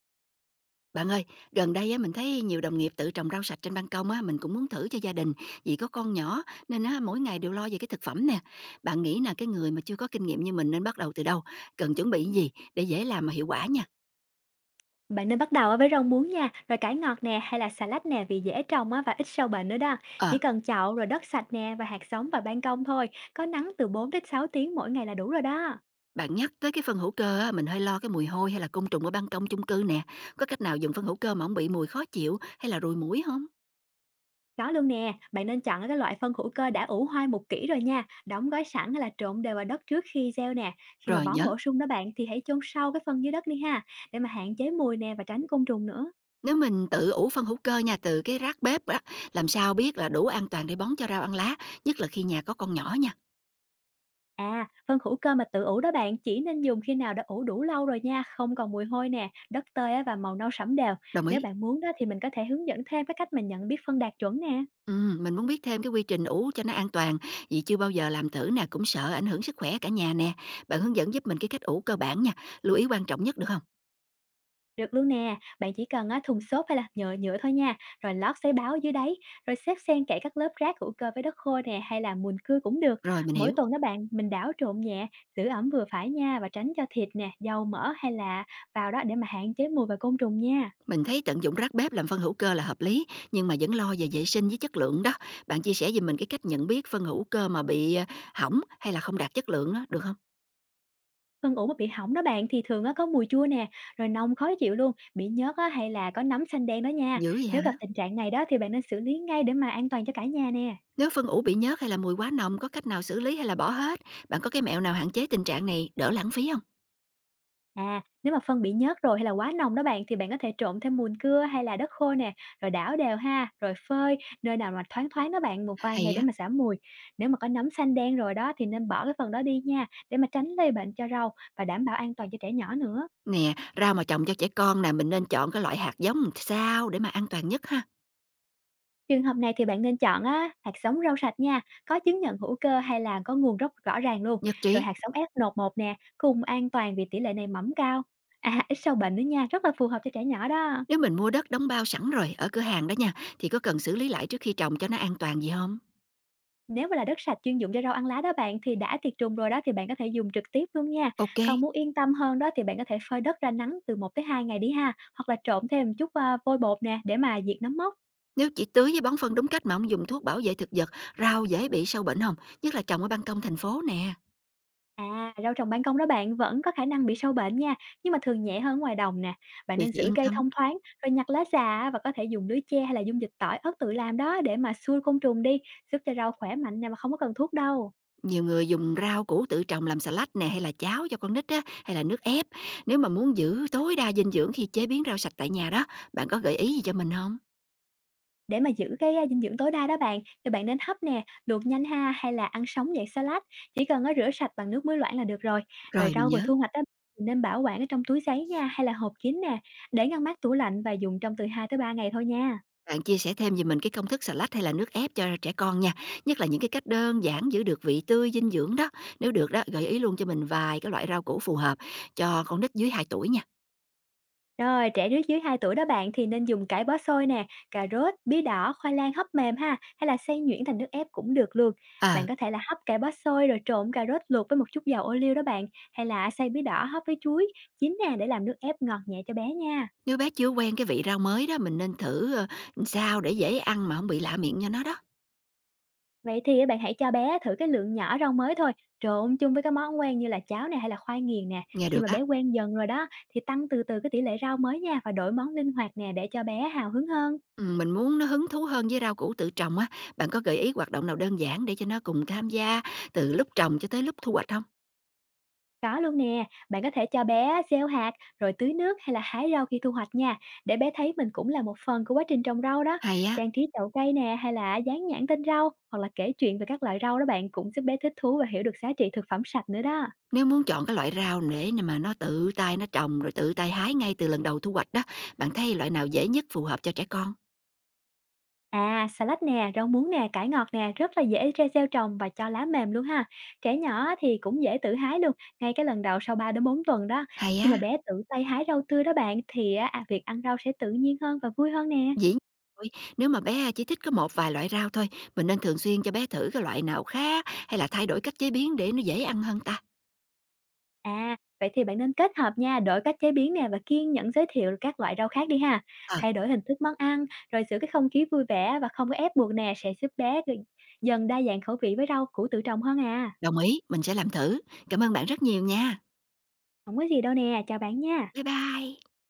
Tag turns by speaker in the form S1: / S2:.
S1: Bạn ơi, gần đây á mình thấy nhiều đồng nghiệp tự trồng rau sạch trên ban công á, mình cũng muốn thử cho gia đình, vì có con nhỏ nên á mỗi ngày đều lo về cái thực phẩm nè. Bạn nghĩ là cái người mà chưa có kinh nghiệm như mình nên bắt đầu từ đâu, cần chuẩn bị gì để dễ làm mà hiệu quả nha.
S2: Bạn nên bắt đầu á với rau muống nha, rồi cải ngọt nè hay là xà lách nè vì dễ trồng á và ít sâu bệnh nữa đó. Chỉ
S1: Ờ,
S2: cần chậu rồi đất sạch nè và hạt giống và ban công thôi, có nắng từ 4 đến 6 tiếng mỗi ngày là đủ rồi đó.
S1: bạn nhắc tới cái phân hữu cơ á, mình hơi lo cái mùi hôi hay là côn trùng ở ban công chung cư nè. Có cách nào dùng phân hữu cơ mà không bị mùi khó chịu hay là ruồi muỗi không?
S2: Có luôn nè, bạn nên chọn cái loại phân hữu cơ đã ủ hoai một kỹ rồi nha, đóng gói sẵn hay là trộn đều vào đất trước khi gieo nè. Khi mà
S1: Rồi
S2: bón
S1: nhớ.
S2: bổ sung đó bạn thì hãy chôn sâu cái phân dưới đất đi ha, để mà hạn chế mùi nè và tránh côn trùng nữa.
S1: Nếu mình tự ủ phân hữu cơ nha từ cái rác bếp á, làm sao biết là đủ an toàn để bón cho rau ăn lá, nhất là khi nhà có con nhỏ nha.
S2: À, phân hữu cơ mà tự ủ đó bạn chỉ nên dùng khi nào đã ủ đủ lâu rồi nha, không còn mùi hôi nè, đất tơi á và màu nâu sẫm đều.
S1: Đồng
S2: Nếu
S1: ý.
S2: bạn muốn đó thì mình có thể hướng dẫn thêm cái cách mình nhận biết phân đạt chuẩn nè.
S1: Mình muốn biết thêm cái quy trình ủ cho nó an toàn, vì chưa bao giờ làm thử nè, cũng sợ ảnh hưởng sức khỏe cả nhà nè. Bạn hướng dẫn giúp mình cái cách ủ cơ bản nha, lưu ý quan trọng nhất được không?
S2: Được luôn nè, bạn chỉ cần á, thùng xốp hay là nhựa nhựa thôi nha, rồi lót giấy báo dưới đáy, rồi xếp xen kẽ các lớp rác hữu cơ với đất khô nè hay là mùn cưa cũng được.
S1: Rồi mình
S2: Mỗi
S1: hiểu.
S2: tuần đó bạn, mình đảo trộn nhẹ, giữ ẩm vừa phải nha, và tránh cho thịt nè, dầu mỡ hay là vào đó để mà hạn chế mùi và côn trùng nha.
S1: Mình thấy tận dụng rác bếp làm phân hữu cơ là hợp lý, nhưng mà vẫn lo về vệ sinh với chất lượng đó. Bạn chia sẻ giùm mình cái cách nhận biết phân hữu cơ mà bị, hỏng hay là không đạt chất lượng á, được không?
S2: Phân ủ mà bị hỏng đó bạn thì thường á, có mùi chua nè, rồi nông khó chịu luôn, bị nhớt á, hay là có nấm xanh đen đó nha.
S1: Dữ vậy
S2: Nếu
S1: hả?
S2: gặp tình trạng này đó thì bạn nên xử lý ngay để mà an toàn cho cả nhà nè.
S1: Nếu phân ủ bị nhớt hay là mùi quá nồng, có cách nào xử lý hay là bỏ hết? Bạn có cái mẹo nào hạn chế tình trạng này đỡ lãng phí không?
S2: À, nếu mà phân bị nhớt rồi hay là quá nồng đó bạn, thì bạn có thể trộn thêm mùn cưa hay là đất khô nè, rồi đảo đều ha, rồi phơi nơi nào mà thoáng thoáng đó bạn một vài ngày
S1: Hay
S2: để
S1: á.
S2: mà giảm mùi. Nếu mà có nấm xanh đen rồi đó thì nên bỏ cái phần đó đi nha, để mà tránh lây bệnh cho rau và đảm bảo an toàn cho trẻ nhỏ nữa.
S1: Nè, rau mà trồng cho trẻ con nè, mình nên chọn cái loại hạt giống làm sao để mà an toàn nhất ha?
S2: Trường hợp này thì bạn nên chọn á, hạt giống rau sạch nha, có chứng nhận hữu cơ hay là có nguồn gốc rõ ràng luôn.
S1: Nhất
S2: Rồi
S1: trí.
S2: hạt giống F1 nè, cùng an toàn vì tỷ lệ này mầm cao. À, ít sâu bệnh nữa nha, rất là phù hợp cho trẻ nhỏ đó.
S1: Nếu mình mua đất đóng bao sẵn rồi ở cửa hàng đó nha, thì có cần xử lý lại trước khi trồng cho nó an toàn gì không?
S2: Nếu mà là đất sạch chuyên dụng cho rau ăn lá đó bạn thì đã tiệt trùng rồi đó, thì bạn có thể dùng trực tiếp luôn nha.
S1: Ok.
S2: Còn muốn yên tâm hơn đó thì bạn có thể phơi đất ra nắng từ 1 tới 2 ngày đi ha, hoặc là trộn thêm chút à, vôi bột nè để mà diệt nấm mốc.
S1: Nếu chỉ tưới với bón phân đúng cách mà không dùng thuốc bảo vệ thực vật, rau dễ bị sâu bệnh không? Nhất là trồng ở ban công thành phố nè.
S2: À, rau trồng ban công đó bạn vẫn có khả năng bị sâu bệnh nha, nhưng mà thường nhẹ hơn ngoài đồng nè. Bạn
S1: Vậy
S2: nên
S1: thì
S2: giữ
S1: yên
S2: cây
S1: tâm.
S2: thông thoáng, rồi nhặt lá già á, và có thể dùng lưới tre hay là dung dịch tỏi ớt tự làm đó để mà xua côn trùng đi, giúp cho rau khỏe mạnh nè mà không có cần thuốc đâu.
S1: Nhiều người dùng rau củ tự trồng làm salad nè hay là cháo cho con nít á, hay là nước ép. Nếu mà muốn giữ tối đa dinh dưỡng khi chế biến rau sạch tại nhà đó, bạn có gợi ý gì cho mình không?
S2: Để mà giữ cái à, dinh dưỡng tối đa đó bạn, thì bạn nên hấp nè, luộc nhanh ha hay là ăn sống dạng salad, chỉ cần nó rửa sạch bằng nước muối loãng là được rồi. Rồi
S1: Rồi mình
S2: rau vừa
S1: nhớ.
S2: thu hoạch đó thì nên bảo quản ở trong túi giấy nha hay là hộp kín nè, để ngăn mát tủ lạnh và dùng trong từ 2 tới 3 ngày thôi nha.
S1: Bạn chia sẻ thêm giùm mình cái công thức xà lách hay là nước ép cho trẻ con nha, nhất là những cái cách đơn giản giữ được vị tươi, dinh dưỡng đó. Nếu được đó, gợi ý luôn cho mình vài cái loại rau củ phù hợp cho con nít dưới 2 tuổi nha.
S2: Rồi, trẻ nước dưới 2 tuổi đó bạn thì nên dùng cải bó xôi nè, cà rốt, bí đỏ, khoai lang hấp mềm ha, hay là xay nhuyễn thành nước ép cũng được luôn.
S1: Ờ,
S2: Bạn có thể là hấp cải bó xôi rồi trộn cà rốt luộc với một chút dầu ô liu đó bạn, hay là xay bí đỏ hấp với chuối, chín nè để làm nước ép ngọt nhẹ cho bé nha.
S1: nếu bé chưa quen cái vị rau mới đó, mình nên thử sao để dễ ăn mà không bị lạ miệng cho nó đó.
S2: Vậy thì á, bạn hãy cho bé thử cái lượng nhỏ rau mới thôi, trộn chung với các món quen như là cháo này hay là khoai nghiền nè.
S1: Nghe
S2: Khi
S1: được
S2: mà
S1: á.
S2: bé quen dần rồi đó thì tăng từ từ cái tỷ lệ rau mới nha, và đổi món linh hoạt nè để cho bé hào hứng hơn.
S1: Ừ, mình muốn nó hứng thú hơn với rau củ tự trồng á, bạn có gợi ý hoạt động nào đơn giản để cho nó cùng tham gia từ lúc trồng cho tới lúc thu hoạch không?
S2: Có luôn nè, bạn có thể cho bé gieo hạt, rồi tưới nước hay là hái rau khi thu hoạch nha, để bé thấy mình cũng là một phần của quá trình trồng rau đó.
S1: Hay á.
S2: Trang trí chậu cây nè, hay là dán nhãn tên rau, hoặc là kể chuyện về các loại rau đó bạn cũng giúp bé thích thú và hiểu được giá trị thực phẩm sạch nữa đó.
S1: Nếu muốn chọn cái loại rau để mà nó tự tay nó trồng rồi tự tay hái ngay từ lần đầu thu hoạch đó, bạn thấy loại nào dễ nhất phù hợp cho trẻ con?
S2: À, salad nè, rau muống nè, cải ngọt nè, rất là dễ tre gieo trồng và cho lá mềm luôn ha. Trẻ nhỏ thì cũng dễ tự hái luôn, ngay cái lần đầu sau 3 đến 4 tuần đó.
S1: Hay
S2: Khi
S1: á,
S2: mà bé tự tay hái rau tươi đó bạn thì á, à, việc ăn rau sẽ tự nhiên hơn và vui hơn nè.
S1: dĩ nhiên rồi, nếu mà bé chỉ thích có một vài loại rau thôi, mình nên thường xuyên cho bé thử cái loại nào khác hay là thay đổi cách chế biến để nó dễ ăn hơn ta?
S2: À, vậy thì bạn nên kết hợp nha, đổi cách chế biến nè và kiên nhẫn giới thiệu các loại rau khác đi ha.
S1: Ờ,
S2: Thay đổi hình thức món ăn, rồi giữ cái không khí vui vẻ và không có ép buộc nè sẽ giúp bé dần đa dạng khẩu vị với rau củ tự trồng hơn à.
S1: đồng ý, mình sẽ làm thử. Cảm ơn bạn rất nhiều nha.
S2: Không có gì đâu nè, chào bạn nha.
S1: Bye bye.